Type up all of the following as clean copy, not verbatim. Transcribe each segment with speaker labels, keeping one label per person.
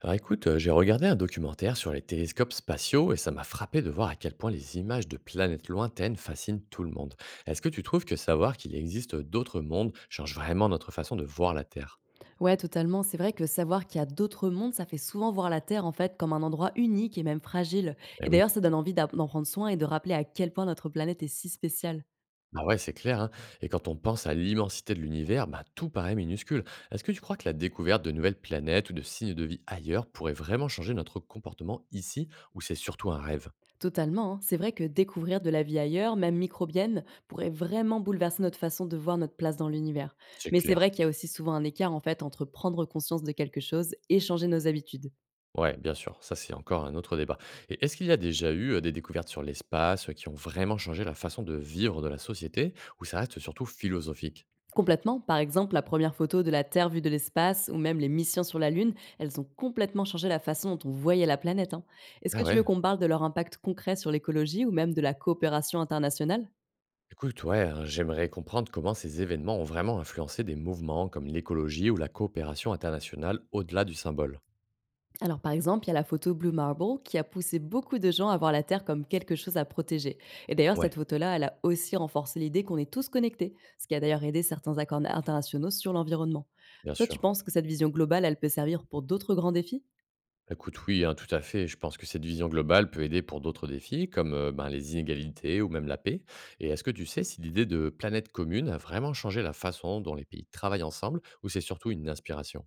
Speaker 1: Alors écoute, j'ai regardé un documentaire sur les télescopes spatiaux et ça m'a frappé de voir à quel point les images de planètes lointaines fascinent tout le monde. Est-ce que tu trouves que savoir qu'il existe d'autres mondes change vraiment notre façon de voir la Terre?
Speaker 2: Ouais, totalement. C'est vrai que savoir qu'il y a d'autres mondes, ça fait souvent voir la Terre en fait comme un endroit unique et même fragile.
Speaker 1: Eh
Speaker 2: Et
Speaker 1: oui.
Speaker 2: d'ailleurs, ça donne envie d'en prendre soin et de rappeler à quel point notre planète est si spéciale.
Speaker 1: Bah ouais, c'est clair, hein. Et quand on pense à l'immensité de l'univers, bah, tout paraît minuscule. Est-ce que tu crois que la découverte de nouvelles planètes ou de signes de vie ailleurs pourrait vraiment changer notre comportement ici, ou c'est surtout un rêve?
Speaker 2: Totalement, hein. C'est vrai que découvrir de la vie ailleurs, même microbienne, pourrait vraiment bouleverser notre façon de voir notre place dans l'univers.
Speaker 1: C'est
Speaker 2: Mais c'est vrai
Speaker 1: clair.
Speaker 2: qu'il y a aussi souvent un écart en fait entre prendre conscience de quelque chose et changer nos habitudes.
Speaker 1: Ouais, bien sûr, ça c'est encore un autre débat. Et est-ce qu'il y a déjà eu des découvertes sur l'espace qui ont vraiment changé la façon de vivre de la société, ou ça reste surtout philosophique?
Speaker 2: Complètement. Par exemple, la première photo de la Terre vue de l'espace ou même les missions sur la Lune, elles ont complètement changé la façon dont on voyait la planète, hein. Est-ce
Speaker 1: Ah
Speaker 2: que tu veux
Speaker 1: ouais.
Speaker 2: qu'on parle de leur impact concret sur l'écologie ou même de la coopération internationale?
Speaker 1: Écoute, ouais, hein, j'aimerais comprendre comment ces événements ont vraiment influencé des mouvements comme l'écologie ou la coopération internationale au-delà du symbole.
Speaker 2: Alors par exemple, il y a la photo Blue Marble qui a poussé beaucoup de gens à voir la Terre comme quelque chose à protéger. Et d'ailleurs, cette
Speaker 1: Ouais,
Speaker 2: photo-là, elle a aussi renforcé l'idée qu'on est tous connectés, ce qui a d'ailleurs aidé certains accords internationaux sur l'environnement.
Speaker 1: bien
Speaker 2: Toi, tu
Speaker 1: sûr.
Speaker 2: penses que cette vision globale, elle peut servir pour d'autres grands défis?
Speaker 1: Bah, écoute, oui, hein, tout à fait. Je pense que cette vision globale peut aider pour d'autres défis, comme ben, les inégalités ou même la paix. Et est-ce que tu sais si l'idée de planète commune a vraiment changé la façon dont les pays travaillent ensemble, ou c'est surtout une inspiration?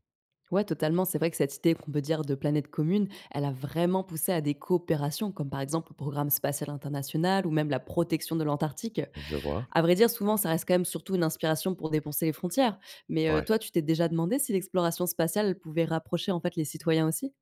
Speaker 2: Ouais, totalement. C'est vrai que cette idée qu'on peut dire de planète commune, elle a vraiment poussé à des coopérations, comme par exemple le programme spatial international ou même la protection de l'Antarctique.
Speaker 1: Je vois.
Speaker 2: À vrai dire, souvent, ça reste quand même surtout une inspiration pour dépenser les frontières. Mais
Speaker 1: Ouais.
Speaker 2: toi, tu t'es déjà demandé si l'exploration spatiale elle pouvait rapprocher en fait les citoyens aussi?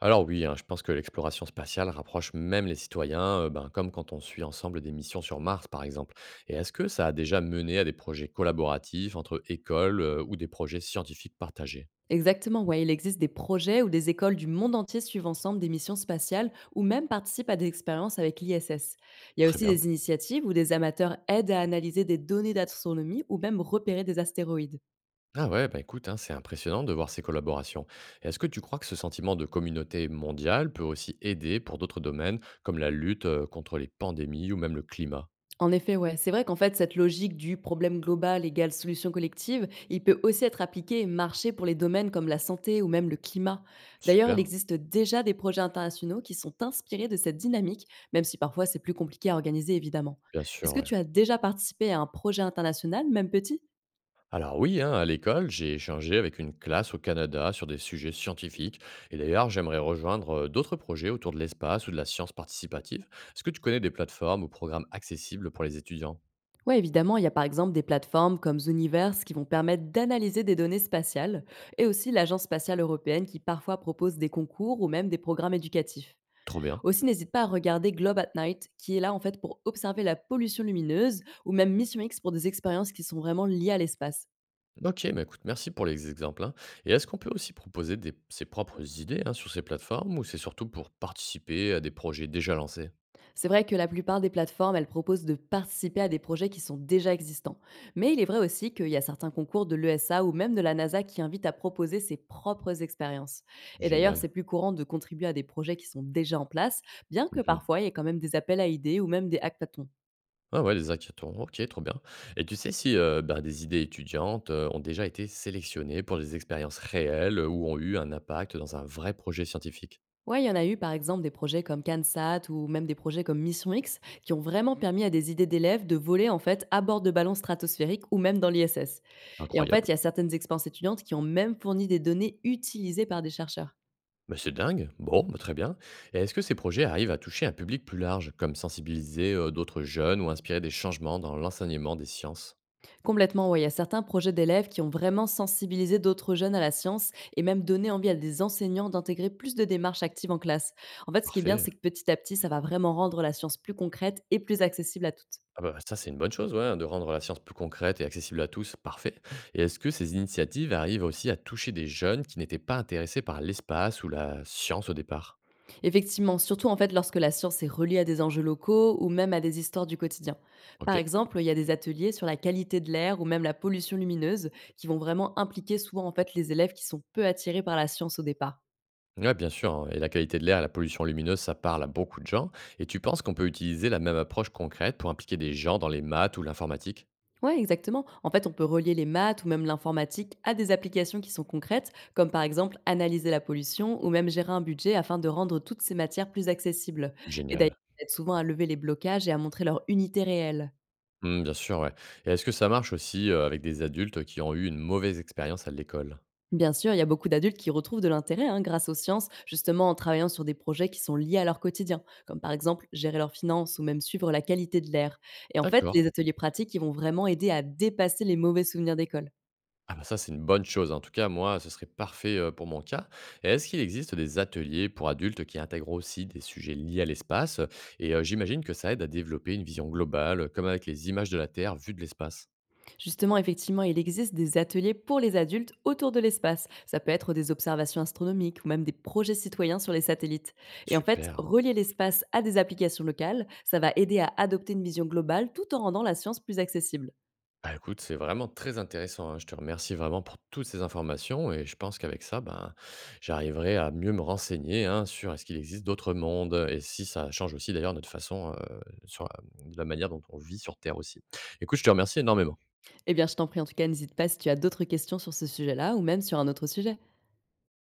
Speaker 1: Alors oui, hein, je pense que l'exploration spatiale rapproche même les citoyens, ben, comme quand on suit ensemble des missions sur Mars, par exemple. Et est-ce que ça a déjà mené à des projets collaboratifs entre écoles ou des projets scientifiques partagés?
Speaker 2: Exactement, ouais, il existe des projets où des écoles du monde entier suivent ensemble des missions spatiales ou même participent à des expériences avec l'ISS. Il y a
Speaker 1: Très
Speaker 2: aussi
Speaker 1: bien.
Speaker 2: des initiatives où des amateurs aident à analyser des données d'astronomie ou même repérer des astéroïdes.
Speaker 1: Ah ouais, bah écoute, hein, c'est impressionnant de voir ces collaborations. Et est-ce que tu crois que ce sentiment de communauté mondiale peut aussi aider pour d'autres domaines comme la lutte contre les pandémies ou même le climat?
Speaker 2: En effet, ouais. C'est vrai qu'en fait, cette logique du problème global égale solution collective, il peut aussi être appliqué et marcher pour les domaines comme la santé ou même le climat. D'ailleurs, il
Speaker 1: Super,
Speaker 2: existe déjà des projets internationaux qui sont inspirés de cette dynamique, même si parfois c'est plus compliqué à organiser, évidemment.
Speaker 1: bien sûr,
Speaker 2: Est-ce que
Speaker 1: ouais.
Speaker 2: tu as déjà participé à un projet international, même petit?
Speaker 1: Alors oui, hein, à l'école, j'ai échangé avec une classe au Canada sur des sujets scientifiques. Et d'ailleurs, j'aimerais rejoindre d'autres projets autour de l'espace ou de la science participative. Est-ce que tu connais des plateformes ou programmes accessibles pour les étudiants?
Speaker 2: Oui, évidemment, il y a par exemple des plateformes comme Zooniverse qui vont permettre d'analyser des données spatiales, et aussi l'Agence spatiale européenne qui parfois propose des concours ou même des programmes éducatifs.
Speaker 1: Trop bien.
Speaker 2: Aussi, n'hésite pas à regarder Globe at Night, qui est là en fait pour observer la pollution lumineuse, ou même Mission X pour des expériences qui sont vraiment liées à l'espace.
Speaker 1: Ok, bah écoute, merci pour les exemples, hein. Et est-ce qu'on peut aussi proposer ses propres idées, hein, sur ces plateformes ou c'est surtout pour participer à des projets déjà lancés?
Speaker 2: C'est vrai que la plupart des plateformes, elles proposent de participer à des projets qui sont déjà existants. Mais il est vrai aussi qu'il y a certains concours de l'ESA ou même de la NASA qui invitent à proposer ses propres expériences. Et d'ailleurs, c'est
Speaker 1: Génial.
Speaker 2: plus courant de contribuer à des projets qui sont déjà en place, bien que
Speaker 1: Mhm.
Speaker 2: parfois il y ait quand même des appels à idées ou même des hackathons.
Speaker 1: Ah ouais, des hackathons, ok, trop bien. Et tu sais si bah, des idées étudiantes ont déjà été sélectionnées pour des expériences réelles ou ont eu un impact dans un vrai projet scientifique?
Speaker 2: Ouais, il y en a eu par exemple des projets comme CanSat ou même des projets comme Mission X qui ont vraiment permis à des idées d'élèves de voler en fait à bord de ballons stratosphériques ou même dans l'ISS. Et en fait,
Speaker 1: Incroyable.
Speaker 2: il y a certaines expériences étudiantes qui ont même fourni des données utilisées par des chercheurs.
Speaker 1: Mais c'est dingue. Bon, bah très bien. Et est-ce que ces projets arrivent à toucher un public plus large, comme sensibiliser d'autres jeunes ou inspirer des changements dans l'enseignement des sciences?
Speaker 2: Complètement, ouais, il y a certains projets d'élèves qui ont vraiment sensibilisé d'autres jeunes à la science et même donné envie à des enseignants d'intégrer plus de démarches actives en classe. En fait, ce qui est bien,
Speaker 1: Parfait.
Speaker 2: c'est que petit à petit, ça va vraiment rendre la science plus concrète et plus accessible à toutes.
Speaker 1: Ah bah, ça, c'est une bonne chose, ouais, hein, de rendre la science plus concrète et accessible à tous, parfait. Et est-ce que ces initiatives arrivent aussi à toucher des jeunes qui n'étaient pas intéressés par l'espace ou la science au départ?
Speaker 2: Effectivement, surtout en fait lorsque la science est reliée à des enjeux locaux ou même à des histoires du quotidien. Par
Speaker 1: Ok.
Speaker 2: exemple, il y a des ateliers sur la qualité de l'air ou même la pollution lumineuse qui vont vraiment impliquer souvent en fait les élèves qui sont peu attirés par la science au départ.
Speaker 1: Ouais, bien sûr, hein. Et la qualité de l'air, la pollution lumineuse, ça parle à beaucoup de gens. Et tu penses qu'on peut utiliser la même approche concrète pour impliquer des gens dans les maths ou l'informatique?
Speaker 2: Ouais, exactement. En fait, on peut relier les maths ou même l'informatique à des applications qui sont concrètes, comme par exemple analyser la pollution ou même gérer un budget afin de rendre toutes ces matières plus accessibles. Et d'ailleurs,
Speaker 1: Génial.
Speaker 2: ça aide souvent à lever les blocages et à montrer leur unité réelle.
Speaker 1: Hmm, bien sûr, ouais. Et est-ce que ça marche aussi avec des adultes qui ont eu une mauvaise expérience à l'école?
Speaker 2: Bien sûr, il y a beaucoup d'adultes qui retrouvent de l'intérêt, hein, grâce aux sciences, justement en travaillant sur des projets qui sont liés à leur quotidien, comme par exemple gérer leurs finances ou même suivre la qualité de l'air. Et en fait,
Speaker 1: D'accord.
Speaker 2: les ateliers pratiques, ils vont vraiment aider à dépasser les mauvais souvenirs d'école.
Speaker 1: Ah bah ça, c'est une bonne chose. En tout cas, moi, ce serait parfait pour mon cas. Et est-ce qu'il existe des ateliers pour adultes qui intègrent aussi des sujets liés à l'espace? Et j'imagine que ça aide à développer une vision globale, comme avec les images de la Terre vues de l'espace.
Speaker 2: Justement, effectivement, il existe des ateliers pour les adultes autour de l'espace. Ça peut être des observations astronomiques ou même des projets citoyens sur les satellites. Et en fait,
Speaker 1: Super.
Speaker 2: relier l'espace à des applications locales, ça va aider à adopter une vision globale tout en rendant la science plus accessible.
Speaker 1: Bah écoute, c'est vraiment très intéressant, hein. Je te remercie vraiment pour toutes ces informations et je pense qu'avec ça, ben, j'arriverai à mieux me renseigner, hein, sur est-ce qu'il existe d'autres mondes et si ça change aussi d'ailleurs notre façon, sur la, de la manière dont on vit sur Terre aussi. Écoute, je te remercie énormément.
Speaker 2: Eh bien, je t'en prie, en tout cas, n'hésite pas si tu as d'autres questions sur ce sujet-là ou même sur un autre sujet.